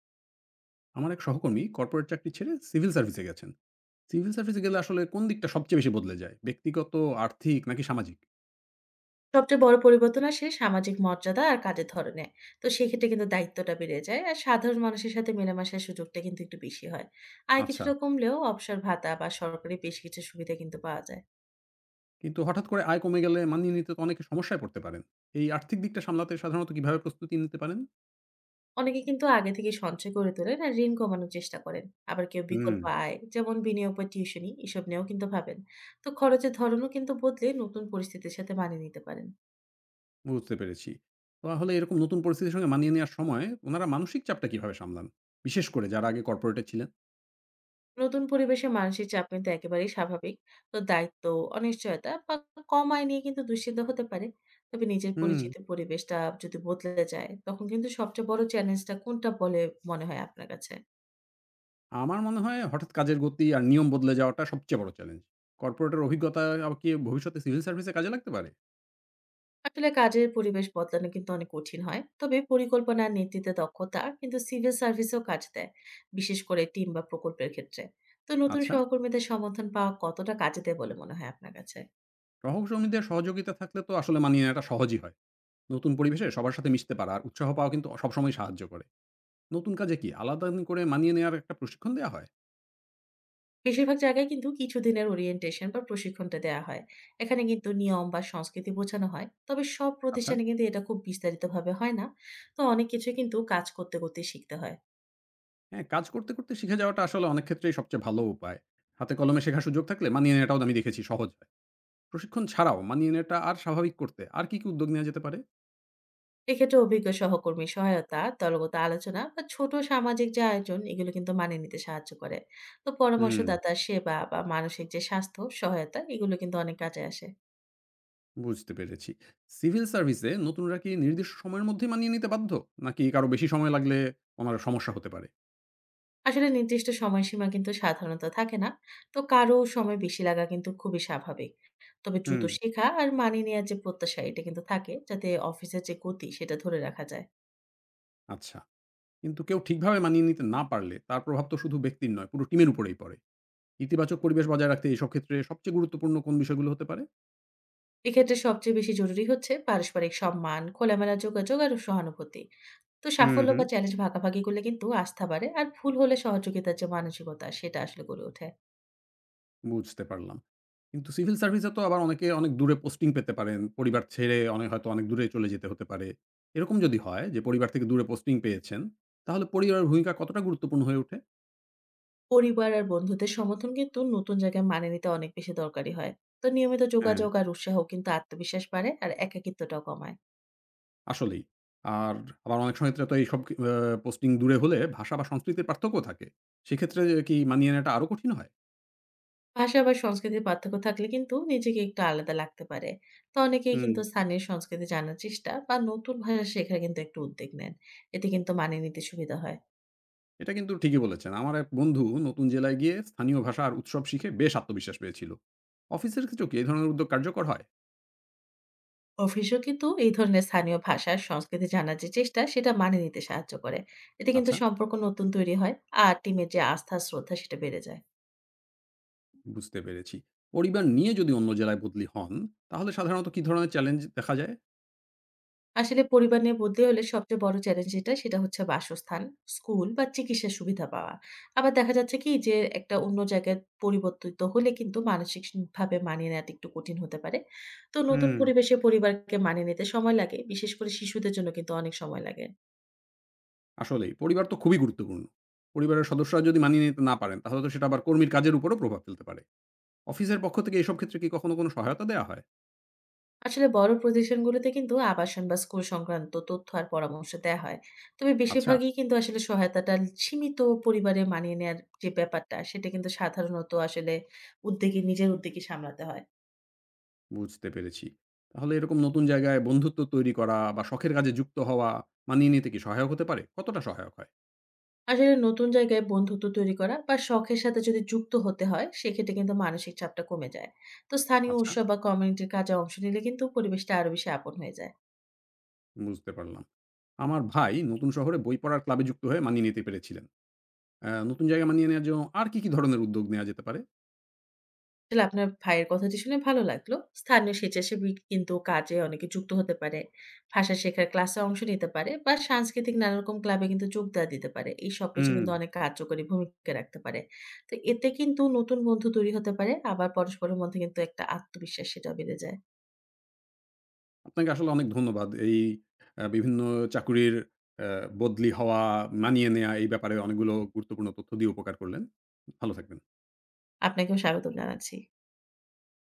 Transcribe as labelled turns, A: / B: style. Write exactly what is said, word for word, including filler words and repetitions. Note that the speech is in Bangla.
A: আমার এক সহকর্মী কর্পোরেট চাকরি ছেড়ে সিভিল সার্ভিসে গেছেন। সিভিল সার্ভিসে গেলে আসলে কোন দিকটা সবচেয়ে বেশি বদলে যায়, ব্যক্তিগত, আর্থিক নাকি সামাজিক?
B: সবচেয়ে বড় পরিবর্তন আসে সামাজিক মর্যাদা আর কাজের ধরনে। তো সেক্ষেত্রে কিন্তু দায়িত্বটা বেড়ে যায়। আর সাধারণ মানুষের সাথে মেলামেশার সুযোগটা কিন্তু একটু বেশি হয়। আয়
A: আচ্ছা,
B: কিছুটা কমলেও অবসর ভাতা বা সরকারি বেশ কিছু সুবিধা কিন্তু পাওয়া যায়।
A: কিন্তু হঠাৎ করে আয় কমে গেলে মানিয়ে নিতে তো অনেকে সমস্যায় পড়তে পারেন। এই আর্থিক দিকটা সামলাতে সাধারণত কিভাবে প্রস্তুতি নিতে পারেন?
B: অনেকে কিন্তু আগে থেকে সঞ্চয় করে তোলেন আর ঋণ কমানোর চেষ্টা করেন। আবার কেউ
A: হুম,
B: বিকল্প আয় যেমন বিনিয়োগ বা টিউশনি এসব নিয়েও কিন্তু ভাবেন। তো খরচের ধরনও কিন্তু বদলে নতুন পরিস্থিতির সাথে মানিয়ে নিতে পারেন।
A: বুঝতে পেরেছি। তাহলে এরকম নতুন পরিস্থিতির সঙ্গে মানিয়ে নেওয়ার সময় ওনারা মানসিক চাপটা কিভাবে সামলান, বিশেষ করে যারা আগে কর্পোরেটে ছিলেন?
B: নতুন পরিবেশে মানসিক চাপ কিন্তু একেবারেই স্বাভাবিক। তো দায়িত্ব, অনিশ্চয়তা বা কম আয় নিয়ে কিন্তু দুশ্চিন্তা হতে পারে। তবে নিজের
A: হুম,
B: পরিচিত পরিবেশটা যদি বদলে যায়, তখন কিন্তু সবচেয়ে বড় চ্যালেঞ্জটা কোনটা বলে মনে হয় আপনার কাছে?
A: আমার মনে হয় হঠাৎ কাজের গতি আর নিয়ম বদলে যাওয়াটা সবচেয়ে বড় চ্যালেঞ্জ। কর্পোরেটের অভিজ্ঞতা আবার কি ভবিষ্যতে সিভিল সার্ভিসে কাজে লাগতে পারে?
B: আসলে কাজের পরিবেশ বদলানো কিন্তু অনেক কঠিন হয়। তবে পরিকল্পনা আর নেতৃত্বে দক্ষতা কিন্তু সিভিল সার্ভিসেও কাজ দেয়, বিশেষ করে টিম বা প্রকল্পের ক্ষেত্রে। তো নতুন
A: আচ্ছা,
B: সহকর্মীদের সমর্থন পাওয়া কতটা কাজে দেয় বলে মনে হয় আপনার কাছে?
A: সহকর্মীদের সহযোগিতা থাকলে তো আসলে মানিয়ে নেওয়াটা সহজই হয়। নতুন পরিবেশে সবার সাথে মিশতে পারা আর উৎসাহ পাওয়া কিন্তু সবসময় সাহায্য করে। নতুন কাজে কি আলাদা করে মানিয়ে নেওয়ার একটা প্রশিক্ষণ দেয়া হয়?
B: বেশিরভাগ জায়গায় কিন্তু কিছুদিনের ওরিয়েন্টেশন বা প্রশিক্ষণটা দেওয়া হয়। এখানে কিন্তু নিয়ম বা সংস্কৃতি বোঝানো হয়, তবে সব
A: আচ্ছা।
B: প্রতিষ্ঠানে কিন্তু এটা খুব বিস্তারিতভাবে হয় না। তো অনেক কিছু কিন্তু কাজ করতে করতে শিখতে হয়।
A: হ্যাঁ, কাজ করতে করতে শিখে যাওয়াটা আসলে অনেক ক্ষেত্রেই সবচেয়ে ভালো উপায়। হাতে কলমে শেখার সুযোগ থাকলে মানিয়ে নেওয়াটাও আমি দেখেছি সহজ হয়। প্রশিক্ষণ ছাড়াও মানিয়ে নেওয়াটা আর স্বাভাবিক করতে আর কি কি উদ্যোগ নেওয়া যেতে পারে?
B: এক্ষেত্রে অভিজ্ঞ সহকর্মী সহায়তা, দলগত আলোচনা বা ছোট সামাজিক যে আয়োজন, এগুলো কিন্তু মানিয়ে নিতে সাহায্য করে। তো
A: হুম,
B: পরামর্শদাতার সেবা বা মানসিক যে স্বাস্থ্য সহায়তা, এগুলো কিন্তু অনেক কাজে আসে।
A: বুঝতে পেরেছি। সিভিল সার্ভিসে নতুনরা কি নির্দিষ্ট সময়ের মধ্যে মানিয়ে নিতে বাধ্য? নাকি কারো বেশি সময় লাগলে ওনার সমস্যা হতে পারে?
B: আসলে নির্দিষ্ট সময়সীমা কিন্তু সাধারণত থাকে না। তো কারো সময় বেশি লাগা কিন্তু খুবই স্বাভাবিক। তবে দ্রুত
A: হুম,
B: শেখা আর মানিয়ে নেওয়ার যে প্রত্যাশা এটা কিন্তু থাকে, যাতে অফিসের যে গতি সেটা ধরে রাখা যায়।
A: আচ্ছা। কিন্তু কেউ ঠিকভাবে মানিয়ে নিতে না পারলে তার প্রভাব তো শুধু ব্যক্তির নয়, পুরো টিমের উপরেই পড়ে। ইতিবাচক পরিবেশ বজায় রাখতে এসব ক্ষেত্রে সবচেয়ে গুরুত্বপূর্ণ কোন বিষয়গুলো হতে পারে?
B: এক্ষেত্রে সবচেয়ে বেশি জরুরি হচ্ছে পারস্পরিক সম্মান, খোলামেলা যোগাযোগ আর সহানুভূতি। তো
A: হুম,
B: সাফল্য
A: হুম।
B: বা চ্যালেঞ্জ ভাগাভাগি করলে কিন্তু আস্থা বাড়ে, আর ভুল হলে সহযোগিতার যে মানসিকতা সেটা আসলে গড়ে ওঠে।
A: বুঝতে পারলাম। কিন্তু সিভিল সার্ভিসে তো আবার অনেকে অনেক দূরে পোস্টিং পেতে পারেন। পরিবার ছেড়ে অনেক হয়তো অনেক দূরে চলে যেতে হতে পারে। এরকম যদি হয় যে পরিবার থেকে দূরে পোস্টিং পেয়েছেন, তাহলে পরিবারের ভূমিকা কতটা গুরুত্বপূর্ণ হয়ে ওঠে?
B: পরিবার আর বন্ধুদের সমর্থন কিন্তু নতুন জায়গায় মানিয়ে নিতে অনেক বেশি দরকারি হয়। তো নিয়মিত
A: হ্যাঁ।
B: যোগাযোগ আর উৎসাহ কিন্তু আত্মবিশ্বাস বাড়ে আর একাকিত্বটাও কমায়।
A: আসলেই। আর আবার অনেক সময় ক্ষেত্রে তো এইসব কি আ পোস্টিং দূরে হলে ভাষা বা সংস্কৃতির পার্থক্য থাকে। সেক্ষেত্রে কি মানিয়ে নেওয়াটা আরো কঠিন হয়?
B: ভাষা বা সংস্কৃতির পার্থক্য থাকলে কিন্তু নিজেকে একটু আলাদা লাগতে পারে। তো অনেকেই
A: হুম।
B: কিন্তু স্থানীয় সংস্কৃতি জানার চেষ্টা বা নতুন ভাষা শেখার কিন্তু একটু উদ্যোগ নেন। এতে কিন্তু মানিয়ে নিতে সুবিধা হয়।
A: এটা কিন্তু ঠিকই বলেছেন। আমার এক বন্ধু নতুন জেলায় গিয়ে স্থানীয় ভাষা আর উৎসব শিখে বেশ আত্মবিশ্বাস পেয়েছিল। অফিসের ক্ষেত্রেও কি এই ধরনের উদ্যোগ কার্যকর হয়?
B: অফিসেও কিন্তু এই ধরনের স্থানীয় ভাষা সংস্কৃতি জানার যে চেষ্টা, সেটা মানিয়ে নিতে সাহায্য করে। এতে কিন্তু
A: আচ্ছা,
B: সম্পর্ক নতুন তৈরি হয় আর টিমের যে আস্থা, শ্রদ্ধা সেটা বেড়ে যায়।
A: বুঝতে পেরেছি। পরিবার নিয়ে যদি অন্য জেলায় বদলি হন, তাহলে সাধারণত কি ধরনের চ্যালেঞ্জ দেখা যায়?
B: আসলে পরিবার নিয়ে বদলি হলে সবচেয়ে বড় চ্যালেঞ্জ যেটা, সেটা হচ্ছে বাসস্থান, স্কুল বা চিকিৎসার সুবিধা পাওয়া। আবার দেখা যাচ্ছে কি যে, একটা অন্য জায়গায় পরিবর্তিত হলে কিন্তু মানসিক স ভাবে মানিয়ে নেওয়াটা একটু কঠিন হতে পারে। তো নতুন
A: হুম,
B: পরিবেশে পরিবারকে মানিয়ে নিতে সময় লাগে। বিশেষ করে শিশুদের জন্য কিন্তু অনেক সময় লাগে।
A: আসলেই, পরিবার তো খুবই গুরুত্বপূর্ণ। পরিবারের সদস্যরা যদি মানিয়ে নিতে না পারেন, তাহলে তো সেটা আবার কর্মীর কাজের উপরও প্রভাব ফেলতে পারে। অফিসের পক্ষ থেকে এসব ক্ষেত্রে কি কখনো কোনো সহায়তা দেওয়া হয়?
B: আসলে বড় প্রতিষ্ঠানগুলোতে কিন্তু আবাসন বা স্কুল সংক্রান্ত তথ্য আর পরামর্শ দেয়া হয়। তবে
A: আচ্ছা।
B: বেশিরভাগই কিন্তু আসলে সহায়তাটা সীমিত। পরিবারে মানিয়ে নেয়ার যে ব্যাপারটা, সেটা কিন্তু সাধারণত আসলে উদ্যোগে নিজের উদ্যোগই সামলাতে হয়।
A: বুঝতে পেরেছি। তাহলে এরকম নতুন জায়গায় বন্ধুত্ব তৈরি করা বা শখের কাজে যুক্ত হওয়া মানিয়ে নিতে কি সহায়ক হতে পারে? কতটা সহায়ক হয়?
B: আসলে নতুন জায়গায় বন্ধুত্ব তৈরি করা বা শখের সাথে যদি যুক্ত হতে হয়, সেক্ষেত্রে কিন্তু মানসিক চাপটা কমে যায়। তো স্থানীয়
A: আচ্ছা,
B: উৎসব বা কমিউনিটির কাজে অংশ নিলে কিন্তু পরিবেশটা আরো বেশি আপন হয়ে যায়।
A: বুঝতে পারলাম। আমার ভাই নতুন শহরে বই পড়ার ক্লাবে যুক্ত হয়ে মানিয়ে নিতে পেরেছিলেন। আ নতুন জায়গায় মানিয়ে নেওয়ার জন্য আর কি কি ধরনের উদ্যোগ নেওয়া যেতে পারে?
B: আসলে আপনার ভাইয়ের কথাটি শুনে ভালো লাগলো। স্থানীয় স্বেচ্ছাসেবী কিন্তু কাজে অনেকে যুক্ত হতে পারে, ভাষা শেখার ক্লাসে অংশ নিতে পারে বা সাংস্কৃতিক নানা রকম ক্লাবে কিন্তু যোগদান দিতে পারে। এই সবকিছু
A: হুম,
B: কিন্তু অনেক কার্যকরী ভূমিকা রাখতে পারে। তো এতে কিন্তু নতুন বন্ধু তৈরি হতে পারে, আবার পরস্পরের মধ্যে কিন্তু একটা আত্মবিশ্বাস সেটা বেড়ে যায়।
A: আপনাকে আসলে অনেক ধন্যবাদ। এই আ বিভিন্ন চাকুরির অ্যা বদলি হওয়া, মানিয়ে নেয়া এই ব্যাপারে অনেকগুলো গুরুত্বপূর্ণ তথ্য দিয়ে উপকার করলেন। ভালো থাকবেন।
B: আপনাকেও স্বাগতম জানাচ্ছি।